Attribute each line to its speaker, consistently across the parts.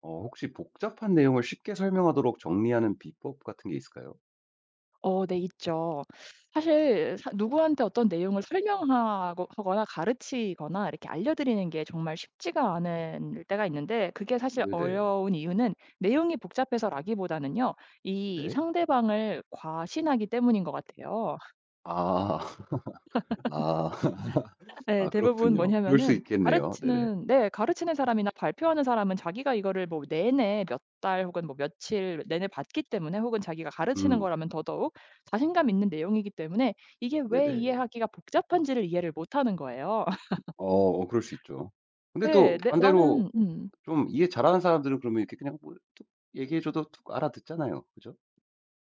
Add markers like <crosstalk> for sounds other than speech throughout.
Speaker 1: 혹시 복잡한 내용을 쉽게 설명하도록 정리하는 비법 같은 게 있을까요?
Speaker 2: 어 네 있죠. 사실 사 누구한테 어떤 내용을 설명하 하거나 가르치거나 이렇게 알려드리는 게 정말 쉽지가 않은 때가 있는데, 그게 사실
Speaker 1: 네네.
Speaker 2: 어려운 이유는 내용이 복잡해서라기보다는요, 이
Speaker 1: 네.
Speaker 2: 상대방을 과신하기 때문인 것 같아요.
Speaker 1: 아. <laughs> 아. <laughs>
Speaker 2: 네,
Speaker 1: 아,
Speaker 2: 대부분
Speaker 1: 그렇군요. 그럴 수
Speaker 2: 뭐냐면은
Speaker 1: 있겠네요. 네네.
Speaker 2: 가르치는 네. 가르치는 사람이나 발표하는 사람은 자기가 이거를 뭐 내내 몇 달 혹은 뭐 며칠 내내 봤기 때문에, 혹은 자기가 가르치는
Speaker 1: 음.
Speaker 2: 거라면 더더욱 자신감 있는 내용이기 때문에 이게 왜
Speaker 1: 네네.
Speaker 2: 이해하기가 복잡한지를 이해를 못하는 거예요. <laughs>
Speaker 1: 그럴 수 있죠. 근데
Speaker 2: 네,
Speaker 1: 또
Speaker 2: 네.
Speaker 1: 반대로
Speaker 2: 나는
Speaker 1: 좀 이해 잘하는 사람들은 그러면 이렇게 그냥 뭐 툭 얘기해 줘도 툭 알아듣잖아요. 그죠?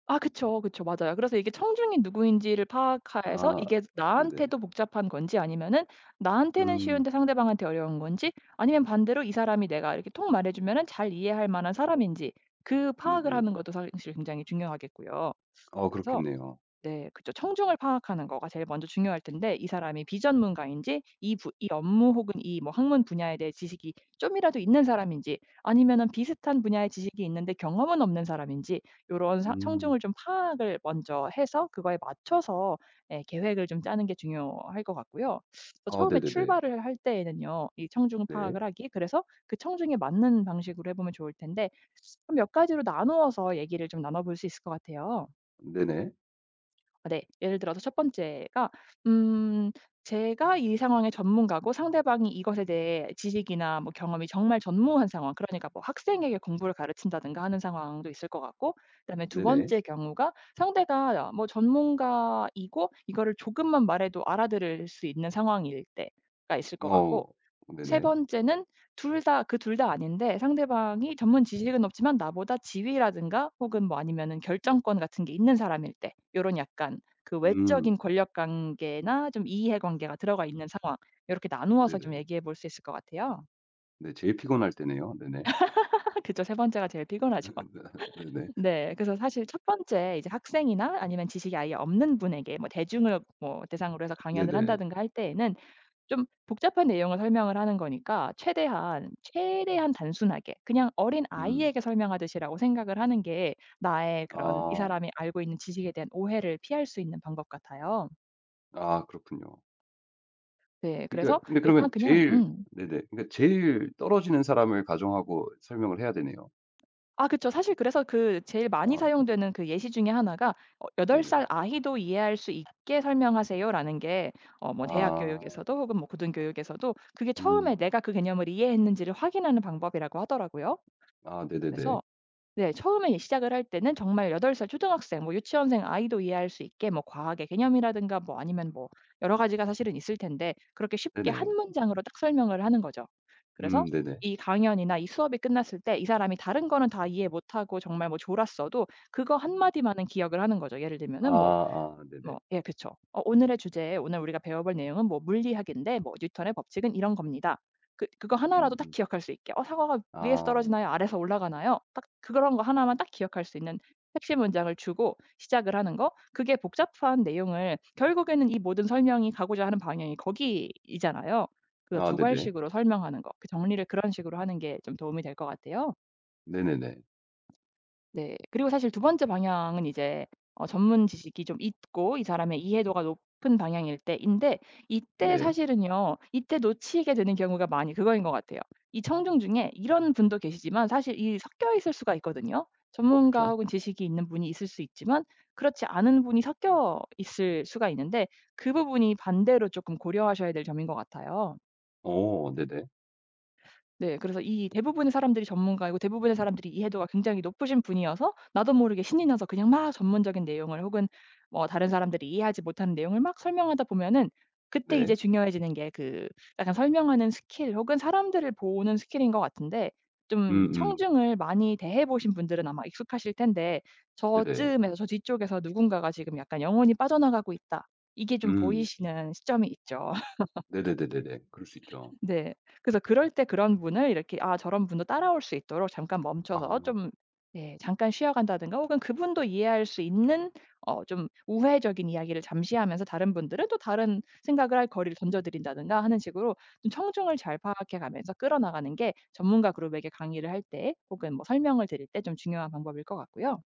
Speaker 2: 아 그쵸, 그쵸. 맞아요. 그래서 이게
Speaker 1: 네.
Speaker 2: 청중이 누구인지를 파악해서,
Speaker 1: 아
Speaker 2: 이게
Speaker 1: 네네.
Speaker 2: 나한테도 복잡한 건지 아니면은 나한테는
Speaker 1: 음
Speaker 2: 쉬운데 상대방한테 어려운 건지, 아니면 반대로 이 사람이 내가 이렇게 통 말해 주면은 잘 이해할 만한 사람인지, 그 파악을
Speaker 1: 네네.
Speaker 2: 하는 것도 사실 굉장히 중요하겠고요.
Speaker 1: 어
Speaker 2: 그래서
Speaker 1: 그렇겠네요.
Speaker 2: 네, 그죠. 청중을 파악하는 거가 제일 먼저 중요할 텐데, 이 사람이 비전문가인지, 이 업무 혹은 이 뭐 학문 분야에 대해 지식이 좀이라도 있는 사람인지, 아니면은 비슷한 분야의 지식이 있는데 경험은 없는 사람인지, 요런 사
Speaker 1: 음.
Speaker 2: 청중을 좀 파악을 먼저 해서 그거에 맞춰서 예 계획을 좀 짜는 게 중요할 것 같고요. 또
Speaker 1: 어
Speaker 2: 처음에
Speaker 1: 네네네.
Speaker 2: 출발을 할 때에는요, 이 청중
Speaker 1: 네.
Speaker 2: 파악을 하기, 그래서 그 청중에 맞는 방식으로 해 보면 좋을 텐데 좀 몇 가지로 나누어서 얘기를 좀 나눠 볼 수 있을 것 같아요.
Speaker 1: 네네.
Speaker 2: 아, 네. 예를 들어서 첫 번째가 음 제가 이 상황의 전문가고 상대방이 이것에 대해 지식이나 뭐 경험이 정말 전무한 상황, 그러니까 뭐 학생에게 공부를 가르친다든가 하는 상황도 있을 것 같고, 그다음에 두
Speaker 1: 네네.
Speaker 2: 번째 경우가 상대가 뭐 전문가이고 이거를 조금만 말해도 알아들을 수 있는 상황일 때가 있을 것
Speaker 1: 어
Speaker 2: 같고, 세
Speaker 1: 네네.
Speaker 2: 번째는 둘 다 그 둘 다 아닌데 상대방이 전문 지식은 없지만 나보다 지위라든가 혹은 뭐 아니면은 결정권 같은 게 있는 사람일 때, 요런 약간 그
Speaker 1: 음
Speaker 2: 외적인 권력 관계나 좀 이해 관계가 들어가 있는 상황, 요렇게 나누어서 좀
Speaker 1: 네네.
Speaker 2: 얘기해 볼 수 있을 것 같아요.
Speaker 1: 네. 제일 피곤할 때네요. 네네.
Speaker 2: <laughs> 그죠, 세 번째가 제일 피곤하죠.
Speaker 1: <laughs> 네네.
Speaker 2: <laughs> 네. 그래서 사실 첫 번째, 이제 학생이나 아니면 지식이 아예 없는 분에게 뭐 대중을 뭐 대상으로 해서 강연을
Speaker 1: 네네.
Speaker 2: 한다든가 할 때에는, 좀 복잡한 내용을 설명을 하는 거니까 최대한, 최대한 단순하게 그냥
Speaker 1: 음.
Speaker 2: 어린아이에게 설명하듯이라고 생각을 하는 게, 나의 그런 이
Speaker 1: 아.
Speaker 2: 사람이 알고 있는 지식에 대한 오해를 피할 수 있는 방법 같아요.
Speaker 1: 아, 그렇군요.
Speaker 2: 네. 그래서
Speaker 1: 그러니까 근데
Speaker 2: 일단
Speaker 1: 그러면
Speaker 2: 그냥
Speaker 1: 제일. 네네. 그러니까 제일 떨어지는 사람을 가정하고 설명을 해야 되네요.
Speaker 2: 아 그쵸. 사실 그래서 그 제일 많이
Speaker 1: 아 네네.
Speaker 2: 사용되는 그 예시 중에 하나가 어 "8살
Speaker 1: 네네.
Speaker 2: 살 아이도 이해할 수 있게 설명하세요."라는 게 어 뭐 대학
Speaker 1: 아.
Speaker 2: 교육에서도 혹은 뭐 고등 교육에서도 그게 처음에
Speaker 1: 음.
Speaker 2: 내가 그 개념을 이해했는지를 확인하는 방법이라고 하더라고요.
Speaker 1: 아 네네네.
Speaker 2: 그래서 네, 처음에 시작을 할 때는 정말 8살 초등학생, 뭐 유치원생 아이도 이해할 수 있게 뭐 과학의 개념이라든가 뭐 아니면 뭐 여러 가지가 사실은 있을 텐데, 그렇게 쉽게 한
Speaker 1: 네네.
Speaker 2: 문장으로 딱 설명을 하는 거죠. 그래서
Speaker 1: 네네.
Speaker 2: 이 강연이나 이 수업이 끝났을 때 이 사람이 다른 거는 다 이해 못 하고 정말 뭐 졸았어도 그거 한 마디만은 기억을 하는 거죠. 예를
Speaker 1: 아
Speaker 2: 들면은 뭐
Speaker 1: 아 네네.
Speaker 2: 뭐 예 그쵸. 어 오늘의 주제, 오늘 우리가 배워볼 내용은 뭐 물리학인데 뭐 "뉴턴의 법칙은 이런 겁니다." 그거 하나라도 딱
Speaker 1: 음음.
Speaker 2: 기억할 수 있게 '어 사과가 위에서
Speaker 1: 아.
Speaker 2: 떨어지나요? 아래서 올라가나요?' 딱 그런 거 하나만 딱 기억할 수 있는 핵심 문장을 주고 시작을 하는 거. 그게 복잡한 내용을 결국에는 이 모든 설명이 가고자 하는 방향이 거기이잖아요. 그래서
Speaker 1: 아 네네.
Speaker 2: 두괄식으로 설명하는 거, 그 정리를 그런 식으로 하는 게 좀 도움이 될 것 같아요.
Speaker 1: 네네네.
Speaker 2: 네. 그리고 사실 두 번째 방향은 이제 어 전문 지식이 좀 있고 이 사람의 이해도가 높은 방향일 때인데, 이때
Speaker 1: 네.
Speaker 2: 사실은요, 이때 놓치게 되는 경우가 많이 그거인 것 같아요. 이 청중 중에 이런 분도 계시지만 사실 이 섞여 있을 수가 있거든요.
Speaker 1: 어
Speaker 2: 전문가
Speaker 1: 그쵸.
Speaker 2: 혹은 지식이 있는 분이 있을 수 있지만 그렇지 않은 분이 섞여 있을 수가 있는데, 그 부분이 반대로 조금 고려하셔야 될 점인 것 같아요.
Speaker 1: 어 네네.
Speaker 2: 네. 그래서 이 대부분의 사람들이 전문가이고 대부분의 사람들이 이해도가 굉장히 높으신 분이어서 나도 모르게 신이 나서 그냥 막 전문적인 내용을 혹은 뭐 다른 사람들이 이해하지 못하는 내용을 막 설명하다 보면은, 그때 이제
Speaker 1: 네.
Speaker 2: 중요해지는 게 그 약간 설명하는 스킬 혹은 사람들을 보는 스킬인 것 같은데, 좀
Speaker 1: 음음.
Speaker 2: 청중을 많이 대해 보신 분들은 아마 익숙하실 텐데,
Speaker 1: 네네.
Speaker 2: 저쯤에서 저 뒤쪽에서 누군가가 지금 약간 '영혼이 빠져나가고 있다.' 이게 좀
Speaker 1: 음.
Speaker 2: 보이시는 시점이 있죠.
Speaker 1: 네네네네네. 그럴 수 있죠.
Speaker 2: 네. 그래서 그럴 때 그런 분을 이렇게, 아 저런 분도 따라올 수 있도록 잠깐
Speaker 1: 아.
Speaker 2: 멈춰서 좀 예 잠깐 쉬어간다든가, 혹은 그분도 이해할 수 있는 어 좀 우회적인 이야기를 잠시 하면서 다른 분들은 또 다른 생각을 할 거리를 던져 드린다든가 하는 식으로 좀 청중을 잘 파악해 가면서 끌어나가는 게 전문가 그룹에게 강의를 할 때 혹은 뭐 설명을 드릴 때 좀 중요한 방법일 것 같고요.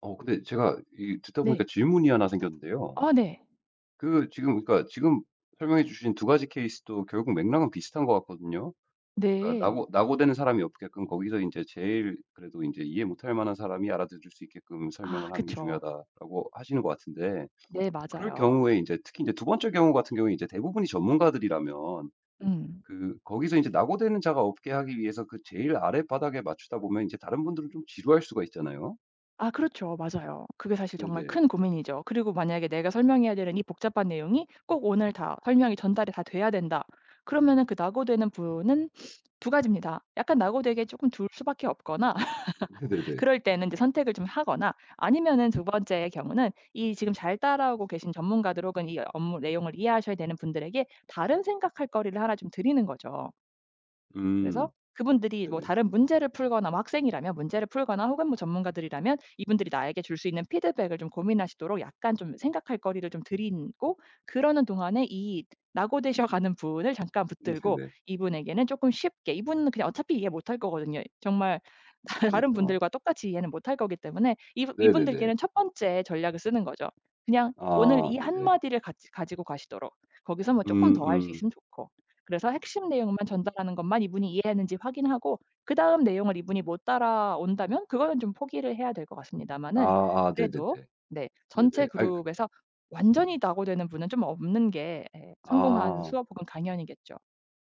Speaker 1: 근데 제가 이 듣다 보니까
Speaker 2: 네.
Speaker 1: 질문이 하나 생겼는데요.
Speaker 2: 아 네.
Speaker 1: 그 지금, 그러니까 지금 설명해 주신 두 가지 케이스도 결국 맥락은 비슷한 것 같거든요. 그러니까
Speaker 2: 네.
Speaker 1: 낙오되는 사람이 없게끔, 거기서 이제 제일 그래도 이제 이해 못할 만한 사람이 알아들을 수 있게끔
Speaker 2: 아
Speaker 1: 설명을 하는 게
Speaker 2: 그쵸.
Speaker 1: 중요하다라고 하시는 것 같은데,
Speaker 2: 네
Speaker 1: 그럴
Speaker 2: 맞아요.
Speaker 1: 경우에 이제 특히 이제 두 번째 경우 같은 경우에 제 대부분이 전문가들이라면,
Speaker 2: 음.
Speaker 1: 그 거기서 이제 낙오되는 자가 없게 하기 위해서 그 제일 아래 바닥에 맞추다 보면 이제 다른 분들은 좀 지루할 수가 있잖아요.
Speaker 2: 아 그렇죠. 맞아요. 그게 사실 정말
Speaker 1: 네네.
Speaker 2: 큰 고민이죠. 그리고 만약에 내가 설명해야 되는 이 복잡한 내용이 꼭 오늘 다 설명이 전달이 다 돼야 된다. 그러면은 그 낙오되는 분은 두 가지입니다. 약간 낙오되게 조금 둘 수밖에 없거나
Speaker 1: <laughs>
Speaker 2: <laughs>
Speaker 1: 네네네.
Speaker 2: 그럴 때는 이제 선택을 좀 하거나, 아니면은 두 번째의 경우는 이 지금 잘 따라오고 계신 전문가들 혹은 이 업무 내용을 이해하셔야 되는 분들에게 다른 생각할 거리를 하나 좀 드리는 거죠. 그래서
Speaker 1: 음.
Speaker 2: 그분들이 뭐
Speaker 1: 네네.
Speaker 2: 다른 문제를 풀거나 뭐 학생이라면 문제를 풀거나 혹은 뭐 전문가들이라면 이분들이 나에게 줄 수 있는 피드백을 좀 고민하시도록 약간 좀 생각할 거리를 좀 드리고, 그러는 동안에 이 낙오되셔 가는 분을 잠깐 붙들고
Speaker 1: 네네.
Speaker 2: 이분에게는 조금 쉽게, 이분은 그냥 어차피 이해 못할 거거든요. 정말
Speaker 1: 그쵸,
Speaker 2: <laughs> 다른
Speaker 1: 그쵸.
Speaker 2: 분들과 똑같이 이해는 못할 거기 때문에 이분
Speaker 1: 네네네.
Speaker 2: 이분들께는 첫 번째 전략을 쓰는 거죠. 그냥 오늘
Speaker 1: 아
Speaker 2: 이 한
Speaker 1: 네네.
Speaker 2: 마디를 같이 가지고 가시도록, 거기서 뭐 조금 더 할 수
Speaker 1: 음음.
Speaker 2: 있으면 좋고. 그래서 핵심 내용만 전달하는 것만 이분이 이해했는지 확인하고, 그다음 내용을 이분이 못 따라온다면 그거는 좀 포기를 해야 될 것
Speaker 1: 아
Speaker 2: 같습니다마는,
Speaker 1: 아 네네네.
Speaker 2: 그래도 네 전체
Speaker 1: 네네. 아이 그
Speaker 2: 그룹에서 완전히 낙오되는 분은 좀 없는 게 예 성공한
Speaker 1: 아.
Speaker 2: 수업 혹은 강연이겠죠.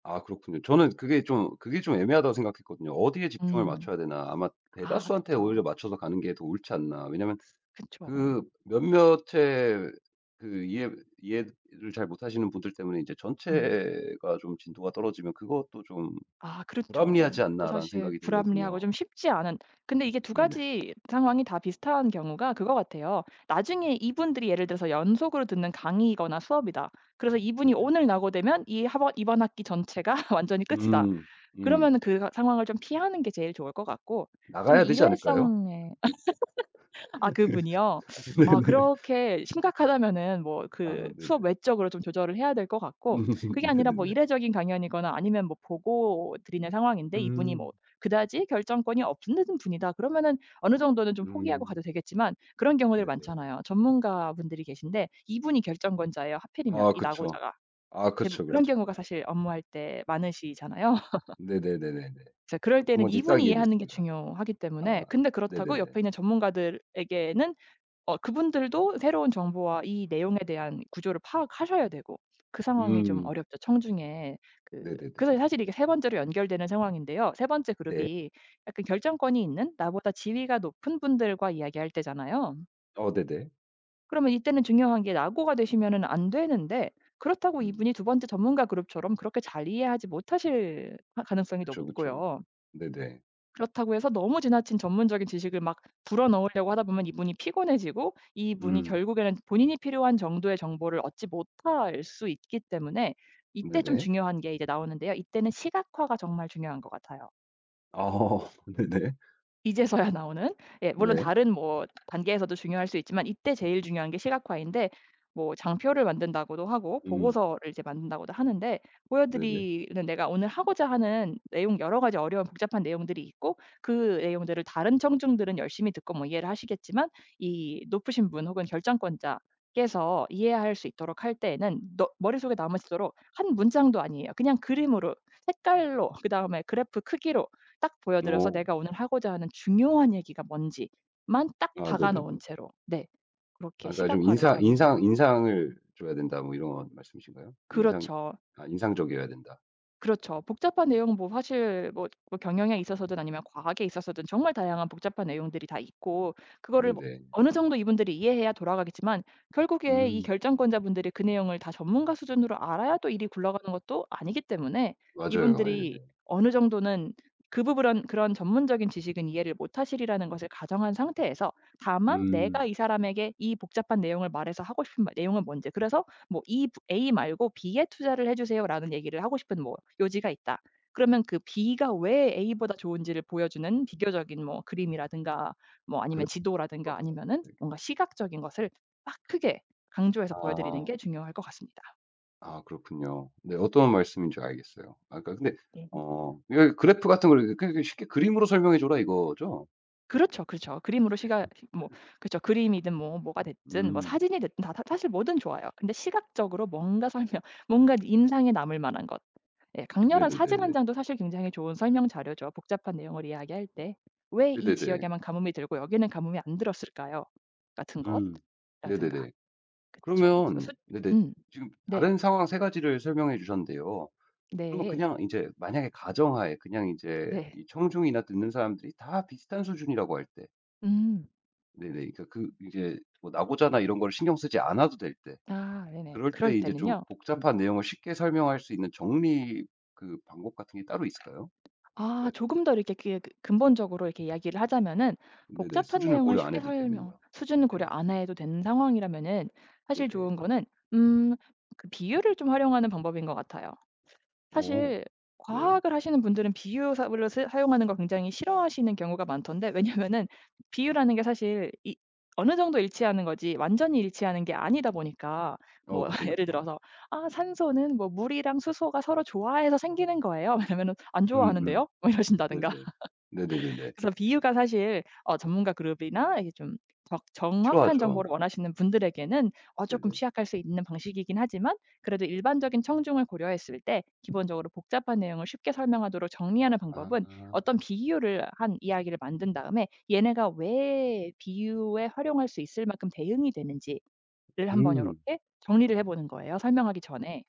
Speaker 1: 아, 그렇군요. 저는 그게 좀 애매하다고 생각했거든요. '어디에 집중을
Speaker 2: 음.
Speaker 1: 맞춰야 되나.' 아마
Speaker 2: 아
Speaker 1: 대다수한테
Speaker 2: 그쵸,
Speaker 1: 오히려 맞춰서 가는 게 더 옳지 않나. 왜냐면
Speaker 2: 그쵸.
Speaker 1: 그 몇몇의 그 이해를 잘 못하시는 분들 때문에 이제
Speaker 2: 음.
Speaker 1: '전체가 좀 진도가 떨어지면 그것도 좀
Speaker 2: 아 그렇죠.
Speaker 1: 불합리하지
Speaker 2: 그것도
Speaker 1: 않나.'라는
Speaker 2: 사실
Speaker 1: 생각이
Speaker 2: 불합리하고
Speaker 1: 들거든요.
Speaker 2: 좀 쉽지 않은, 근데 이게 두
Speaker 1: 네네.
Speaker 2: 가지 상황이 다 비슷한 경우가 그거 같아요. 나중에 이분들이 예를 들어서 연속으로 듣는 강의이거나 수업이다. 그래서 이분이
Speaker 1: 네네.
Speaker 2: 오늘 낙오되면 이 하버 이번 학기 전체가 <laughs> 완전히 끝이다.
Speaker 1: 음. 음.
Speaker 2: 그러면은 그 상황을 좀 피하는 게 제일 좋을 것 같고, 좀
Speaker 1: 나가야 되지 않을까요?
Speaker 2: 일회성의, 아 그분이요? 아
Speaker 1: 네네.
Speaker 2: 그렇게 심각하다면은 뭐 그
Speaker 1: 아 네네.
Speaker 2: 수업 외적으로 좀 조절을 해야 될 것 같고,
Speaker 1: <laughs>
Speaker 2: 그게 아니라 뭐
Speaker 1: 네네네.
Speaker 2: 이례적인 강연이거나 아니면 뭐 보고 드리는 상황인데 이분이 뭐
Speaker 1: 음.
Speaker 2: 그다지 결정권이 없는 분이다, 그러면은 어느 정도는 좀 포기하고 가도
Speaker 1: 음.
Speaker 2: 되겠지만, 그런 경우들
Speaker 1: 네네.
Speaker 2: 많잖아요. 전문가분들이 계신데 이분이 결정권자예요, 하필이면
Speaker 1: 아
Speaker 2: 이
Speaker 1: 그쵸.
Speaker 2: 나고자가.
Speaker 1: 아
Speaker 2: 대부
Speaker 1: 그쵸,
Speaker 2: 그런
Speaker 1: 그쵸.
Speaker 2: 경우가 사실 업무할 때 많으시잖아요.
Speaker 1: 네네네네네.
Speaker 2: 그래서 그럴
Speaker 1: 어떤
Speaker 2: 때는
Speaker 1: 건지 딱
Speaker 2: 이분이 이해하는 게
Speaker 1: 이해됐습니다.
Speaker 2: 중요하기 때문에,
Speaker 1: 아
Speaker 2: 근데 그렇다고
Speaker 1: 네네네.
Speaker 2: 옆에 있는 전문가들에게는 어 그분들도 새로운 정보와 이 내용에 대한 구조를 파악하셔야 되고, 그 상황이 좀
Speaker 1: 음.
Speaker 2: 어렵죠, 청중에. 그
Speaker 1: 네네네.
Speaker 2: 그래서 사실 이게 세 번째로 연결되는 상황인데요. 세 번째
Speaker 1: 네.
Speaker 2: 그룹이 약간 결정권이 있는 나보다 지위가 높은 분들과 이야기할 때잖아요.
Speaker 1: 어 네네.
Speaker 2: 그러면 이때는 중요한 게 낙오가 되시면은 안 되는데, 그렇다고
Speaker 1: 음.
Speaker 2: 이분이 두 번째 전문가 그룹처럼 그렇게 잘 이해하지 못하실 가 가능성이
Speaker 1: 그쵸, 그쵸.
Speaker 2: 높고요.
Speaker 1: 네네.
Speaker 2: 그렇다고 해서 너무 지나친 전문적인 지식을 막 불어 넣으려고 하다 보면 이분이 피곤해지고 이분이
Speaker 1: 음.
Speaker 2: 결국에는 본인이 필요한 정도의 정보를 얻지 못할 수 있기 때문에, 이때 좀
Speaker 1: 네네.
Speaker 2: 중요한 게 이제 나오는데요, 이때는 시각화가 정말 중요한 것 같아요.
Speaker 1: 어 <laughs> 네네.
Speaker 2: 이제서야 나오는. 예 물론
Speaker 1: 네.
Speaker 2: 다른 뭐 단계에서도 중요할 수 있지만 이때 제일 중요한 게 시각화인데, 뭐 장표를 만든다고도 하고
Speaker 1: 음.
Speaker 2: 보고서를 이제 만든다고도 하는데,
Speaker 1: 네네.
Speaker 2: 보여드리는 내가 오늘 하고자 하는 내용 여러 가지 어려운 복잡한 내용들이 있고 그 내용들을 다른 청중들은 열심히 듣고 뭐 이해를 하시겠지만, 이 높으신 분 혹은 결정권자께서 이해할 수 있도록 할 때에는 너 머릿속에 남으시도록 한 문장도 아니에요. 그냥 그림으로, 색깔로, 그다음에 그래프 크기로 딱 보여 드려서
Speaker 1: 어.
Speaker 2: 내가 오늘 하고자 하는 중요한 얘기가 뭔지만 딱
Speaker 1: 아
Speaker 2: 박아 놓은
Speaker 1: 네네네.
Speaker 2: 채로, 네, 그렇게
Speaker 1: 아까 좀
Speaker 2: 시각화를
Speaker 1: 인상
Speaker 2: 잘 이용하는.
Speaker 1: 인상 인상을 줘야 된다, 뭐 이런 말씀이신가요? 인상
Speaker 2: 그렇죠,
Speaker 1: 아, 인상적이어야 된다.
Speaker 2: 그렇죠. 복잡한 내용은 뭐 사실 뭐 뭐 경영에 있어서든 아니면 과학에 있어서든 정말 다양한 복잡한 내용들이 다 있고, 그거를 뭐
Speaker 1: 네네.
Speaker 2: 어느 정도 이분들이 이해해야 돌아가겠지만 결국에 이
Speaker 1: 음.
Speaker 2: 결정권자분들이 그 내용을 다 전문가 수준으로 알아야 또 일이 굴러가는 것도 아니기 때문에
Speaker 1: 맞아요.
Speaker 2: 이분들이
Speaker 1: 예네.
Speaker 2: 어느 정도는 그 부분은, 그런 전문적인 지식은 이해를 못하시리라는 것을 가정한 상태에서 다만 내가
Speaker 1: 음.
Speaker 2: 이 사람에게 이 복잡한 내용을 말해서 하고 싶은 말 내용은 뭔지, 그래서 뭐 "이 부 A 말고 B에 투자를 해 주세요."라는 얘기를 하고 싶은 뭐 요지가 있다. 그러면 그 B가 왜 A보다 좋은지를 보여주는 비교적인 뭐 그림이라든가 뭐 아니면
Speaker 1: 그래서 <unintelligible>
Speaker 2: 지도라든가
Speaker 1: 거고.
Speaker 2: 아니면은
Speaker 1: 네.
Speaker 2: 뭔가 시각적인 것을 막 크게 강조해서
Speaker 1: 아.
Speaker 2: 보여드리는 게 중요할 것 같습니다.
Speaker 1: 아, 그렇군요. 네, 어떤 말씀인지 알겠어요. 아 그러니까 근데
Speaker 2: 네.
Speaker 1: 이게 그래프 같은 걸 이렇게, 그러니까 쉽게 "그림으로 설명해 줘라." 이거죠?
Speaker 2: 그렇죠, 그렇죠. 그림으로 시각 뭐 그렇죠. 그림이든 뭐 뭐가 됐든 뭐
Speaker 1: 음.
Speaker 2: 사진이 됐든 다 사 사실 뭐든 좋아요. 근데 시각적으로 뭔가 설명, 뭔가 인상에 남을 만한 것. 예 강렬한 사진 한
Speaker 1: 네네네네.
Speaker 2: 장도 사실 굉장히 좋은 설명 자료죠. 복잡한 내용을 이야기할 때 왜 이
Speaker 1: 네네네.
Speaker 2: 지역에만 가뭄이 들고 여기는 가뭄이 안 들었을까요? 같은
Speaker 1: 음.
Speaker 2: 것라든가.
Speaker 1: 네네네.
Speaker 2: 그쵸. 그래서
Speaker 1: 그러면
Speaker 2: 숫
Speaker 1: 네네.
Speaker 2: 음.
Speaker 1: 지금
Speaker 2: 네.
Speaker 1: 다른 상황 세 가지를 설명해 주셨는데요. 그러면
Speaker 2: 네.
Speaker 1: 그냥 인제 만약에 가정하에, 그냥 인제
Speaker 2: 네.
Speaker 1: 이 청중이나 듣는 사람들이 다 비슷한 수준이라고 할때,
Speaker 2: 음.
Speaker 1: 네네. 그러니까 그 이제 뭐 나고자나 이런 걸 신경 쓰지 않아도 될 때,
Speaker 2: 아 네네.
Speaker 1: 그럴
Speaker 2: 그럴
Speaker 1: 때 이제 좀
Speaker 2: 때는요. 음.
Speaker 1: 복잡한 내용을 쉽게 설명할 수 있는 정리, 그 방법 같은 게 따로 있을까요? 예.
Speaker 2: 아 조금 더 이렇게 근본적으로 이렇게 이야기를 하자면은,
Speaker 1: 네네.
Speaker 2: 복잡한
Speaker 1: 수준을
Speaker 2: 내용을
Speaker 1: 고려 안
Speaker 2: 쉽게
Speaker 1: 해도
Speaker 2: 설명,
Speaker 1: 되면요.
Speaker 2: 수준을 고려
Speaker 1: 네네.
Speaker 2: 안 해도 되는 상황이라면은, 사실
Speaker 1: 네네.
Speaker 2: 좋은 거는 음 그 비유를 좀 활용하는 방법인 것 같아요.
Speaker 1: 오,
Speaker 2: 사실
Speaker 1: 네.
Speaker 2: 과학을 하시는 분들은 비유사를 사 사용하는 걸 굉장히 싫어하시는 경우가 많던데, 왜냐면은 비유라는 게 사실 이 어느 정도 일치하는 거지 완전히 일치하는 게 아니다 보니까
Speaker 1: 어
Speaker 2: 뭐
Speaker 1: 그쵸,
Speaker 2: <laughs> 예를
Speaker 1: 그쵸.
Speaker 2: 들어서 "아 산소는 뭐 물이랑 수소가 서로 좋아해서 생기는 거예요." <laughs> 왜냐면은 "안
Speaker 1: 음음.
Speaker 2: 좋아하는데요?" 뭐 이러신다든가.
Speaker 1: 네네. 네네네네.
Speaker 2: 그래서 비유가 사실 어 전문가 그룹이나 이게 좀 적 정확한
Speaker 1: 필요하죠.
Speaker 2: 정보를 원하시는 분들에게는 어금
Speaker 1: 네네.
Speaker 2: 취약할 수 있는 방식이긴 하지만, 그래도 일반적인 청중을 고려했을 때 기본적으로 복잡한 내용을 쉽게 설명하도록 정리하는 방법은
Speaker 1: 아.
Speaker 2: 어떤 비유를 한 이야기를 만든 다음에 얘네가 왜 비유에 활용할 수 있을 만큼 대응이 되는지를 한번 이렇
Speaker 1: 음.
Speaker 2: 게 정리를 해 보는 거예요, 설명하기 전에.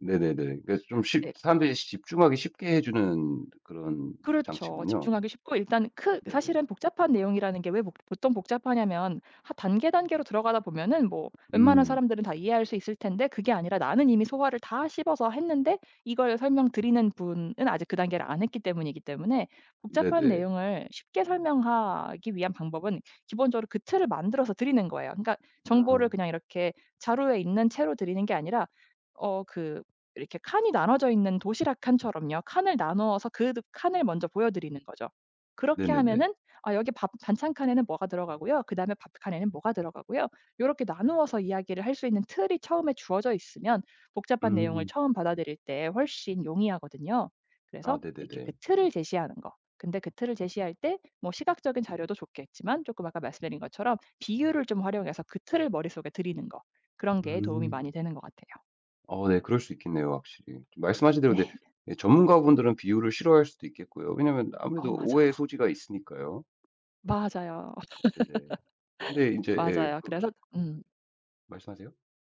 Speaker 1: 네네네. 그러니까 좀 쉽
Speaker 2: 네.
Speaker 1: 사람들이 집중하기 쉽게 해 주는 그런
Speaker 2: 그렇죠.
Speaker 1: 장치군요.
Speaker 2: 집중하기 쉽고 일단 크
Speaker 1: 네네.
Speaker 2: 사실은 복잡한 내용이라는 게 왜 보통 복잡하냐면 하 단계 단계로 들어가다 보면은 뭐 웬만한
Speaker 1: 음.
Speaker 2: 사람들은 다 이해할 수 있을 텐데, 그게 아니라 나는 이미 소화를 다 씹어서 했는데 이걸 설명드리는 분은 아직 그 단계를 안 했기 때문이기 때문에. 복잡한
Speaker 1: 네네.
Speaker 2: 내용을 쉽게 설명하기 위한 방법은 기본적으로 그 틀을 만들어서 드리는 거예요. 그러니까 정보를
Speaker 1: 아.
Speaker 2: 그냥 이렇게 자료에 있는 채로 드리는 게 아니라 어그 이렇게 칸이 나눠져 있는 도시락 칸처럼요, 칸을 나누어서 그 칸을 먼저 보여 드리는 거죠. 그렇게
Speaker 1: 네네네.
Speaker 2: 하면은 "아 여기 밥 반찬 칸에는 뭐가 들어가고요. 그다음에 밥 칸에는 뭐가 들어가고요." 이렇게 나누어서 이야기를 할 수 있는 틀이 처음에 주어져 있으면 복잡한 내용을
Speaker 1: 음.
Speaker 2: 처음 받아들일 때 훨씬 용이하거든요.
Speaker 1: 아
Speaker 2: 그래서 이렇게 그
Speaker 1: 네네네.
Speaker 2: 틀을 제시하는 거. 근데 그 틀을 제시할 때 뭐 시각적인 자료도 좋겠지만 조금 아까 말씀드린 것처럼 비유를 좀 활용해서 그 틀을 머릿속에 드리는 거, 그런 게 도움이 많이
Speaker 1: 음.
Speaker 2: 되는 것 같아요.
Speaker 1: 어 네, 그럴 수 있겠네요 확실히. 좀 말씀하신 대로 네,
Speaker 2: 네.
Speaker 1: 예 전문가분들은 비유를 싫어할 수도 있겠고요. 왜냐면
Speaker 2: 어
Speaker 1: 아무래도 오해의
Speaker 2: 맞아요.
Speaker 1: 소지가 있으니까요.
Speaker 2: 맞아요. <laughs>
Speaker 1: 네네. 근데 이제 예
Speaker 2: 맞아요.
Speaker 1: 그
Speaker 2: 그래서
Speaker 1: 말씀하세요?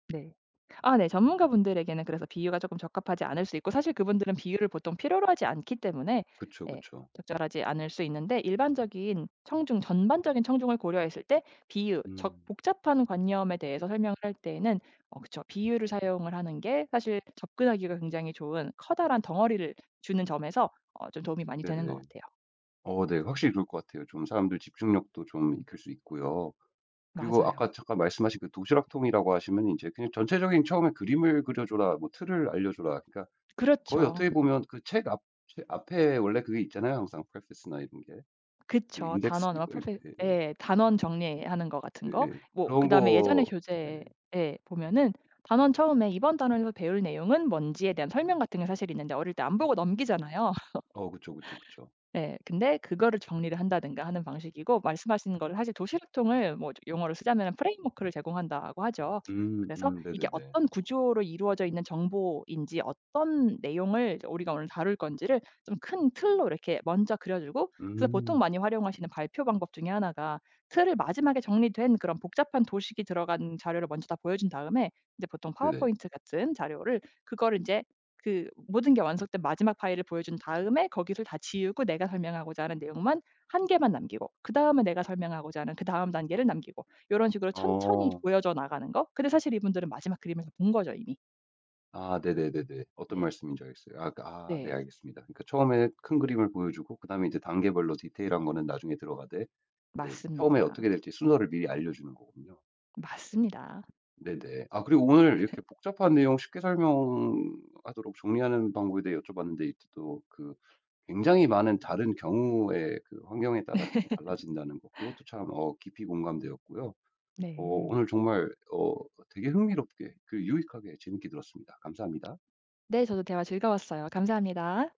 Speaker 2: 네. 아 네. 전문가분들에게는 그래서 비유가 조금 적합하지 않을 수 있고 사실 그분들은 비유를 보통 필요로 하지 않기 때문에
Speaker 1: 그쵸,
Speaker 2: 예
Speaker 1: 그쵸.
Speaker 2: 적절하지 않을 수 있는데, 일반적인 청중, 전반적인 청중을 고려했을 때 비유 적
Speaker 1: 음.
Speaker 2: 복잡한 관념에 대해서 설명을 할 때에는 어 그쵸, 비유를 사용을 하는 게 사실 접근하기가 굉장히 좋은, 커다란 덩어리를 주는 점에서 어 좀 도움이 많이 되는 것
Speaker 1: 네네.
Speaker 2: 같아요.
Speaker 1: 어 네, 확실히 그럴 것 같아요. 좀 사람들 집중력도 좀 익힐 수 있고요. 그리고 아까
Speaker 2: 맞아요.
Speaker 1: 잠깐 말씀하신 그 도시락통이라고 하시면 이제 그냥 전체적인 처음에 그림을 그려 줘라, 뭐 틀을 알려 줘라. 그러니까 거의
Speaker 2: 그렇죠.
Speaker 1: 어떻게 보면 그 책 앞에 원래 그게 있잖아요, 항상 프레패스나 이런 게. 그
Speaker 2: 그쵸.
Speaker 1: 인덱스
Speaker 2: 단원어와
Speaker 1: 이거
Speaker 2: 프로페
Speaker 1: 예예.
Speaker 2: 예. 단원 정리하는 거 같은
Speaker 1: 예,
Speaker 2: 거.
Speaker 1: 예.
Speaker 2: 뭐
Speaker 1: 그런
Speaker 2: 그다음에 예전의
Speaker 1: 거.
Speaker 2: 교재에
Speaker 1: 네네.
Speaker 2: 보면은 단원 처음에 "이번 단원에서 배울 내용은 뭔지."에 대한 설명 같은 게 사실 있는데 어릴 때 안 보고 넘기잖아요.
Speaker 1: 어 그쵸, 그쵸, 그쵸.
Speaker 2: 네. 근데 그거를 정리를 한다든가 하는 방식이고, 말씀하신 거를 사실 도시락통을 뭐 용어를 쓰자면은 프레임워크를 제공한다고 하죠. 그래서 이게
Speaker 1: 네네네.
Speaker 2: 어떤 구조로 이루어져 있는 정보인지, 어떤 내용을 이제 우리가 오늘 다룰 건지를 좀 큰 틀로 이렇게 먼저 그려 주고, 그래서 보통
Speaker 1: 음
Speaker 2: 많이 활용하시는 발표 방법 중에 하나가 틀을 마지막에 정리된 그런 복잡한 도식이 들어간 자료를 먼저 다 보여 준 다음에, 이제 보통
Speaker 1: 네네.
Speaker 2: 파워포인트 같은 자료를 그거를 인제 그 모든 게 완성된 마지막 파일을 보여준 다음에 거기를 다 지우고 내가 설명하고자 하는 내용만 한 개만 남기고, 그다음에 내가 설명하고자 하는 그다음 단계를 남기고 이런 식으로 천천히
Speaker 1: 어.
Speaker 2: 보여져 나가는 거. 근데 사실 이분들은 마지막 그림을 다본 거죠 이미.
Speaker 1: 아 네네네네. 어떤
Speaker 2: 네.
Speaker 1: 말씀인지 알겠어요. 아 그 아 네,
Speaker 2: 네.
Speaker 1: 알겠습니다. 그러니까 처음에 큰 그림을 보여주고, 그다음에 이제 단계별로 디테일한 거는 나중에 들어가되, 이제 처음에
Speaker 2: 맞습니다.
Speaker 1: 어떻게 될지 순서를 미리 알려주는 거군요.
Speaker 2: 맞습니다.
Speaker 1: 네네. 아, 그리고 오늘 이렇게 복잡한 내용 쉽게 설명하도록 정리하는 방법에 대해 여쭤봤는데, 이또그 굉장히 많은 다른 경우의 그 환경에 따라서 또 달라진다는 것, 그것도 참 깊이 공감되었고요.
Speaker 2: 네.
Speaker 1: 오늘 정말 되게 흥미롭게 그 유익하게 재밌게 들었습니다. 감사합니다.
Speaker 2: 네. 저도 대화 즐거웠어요. 감사합니다.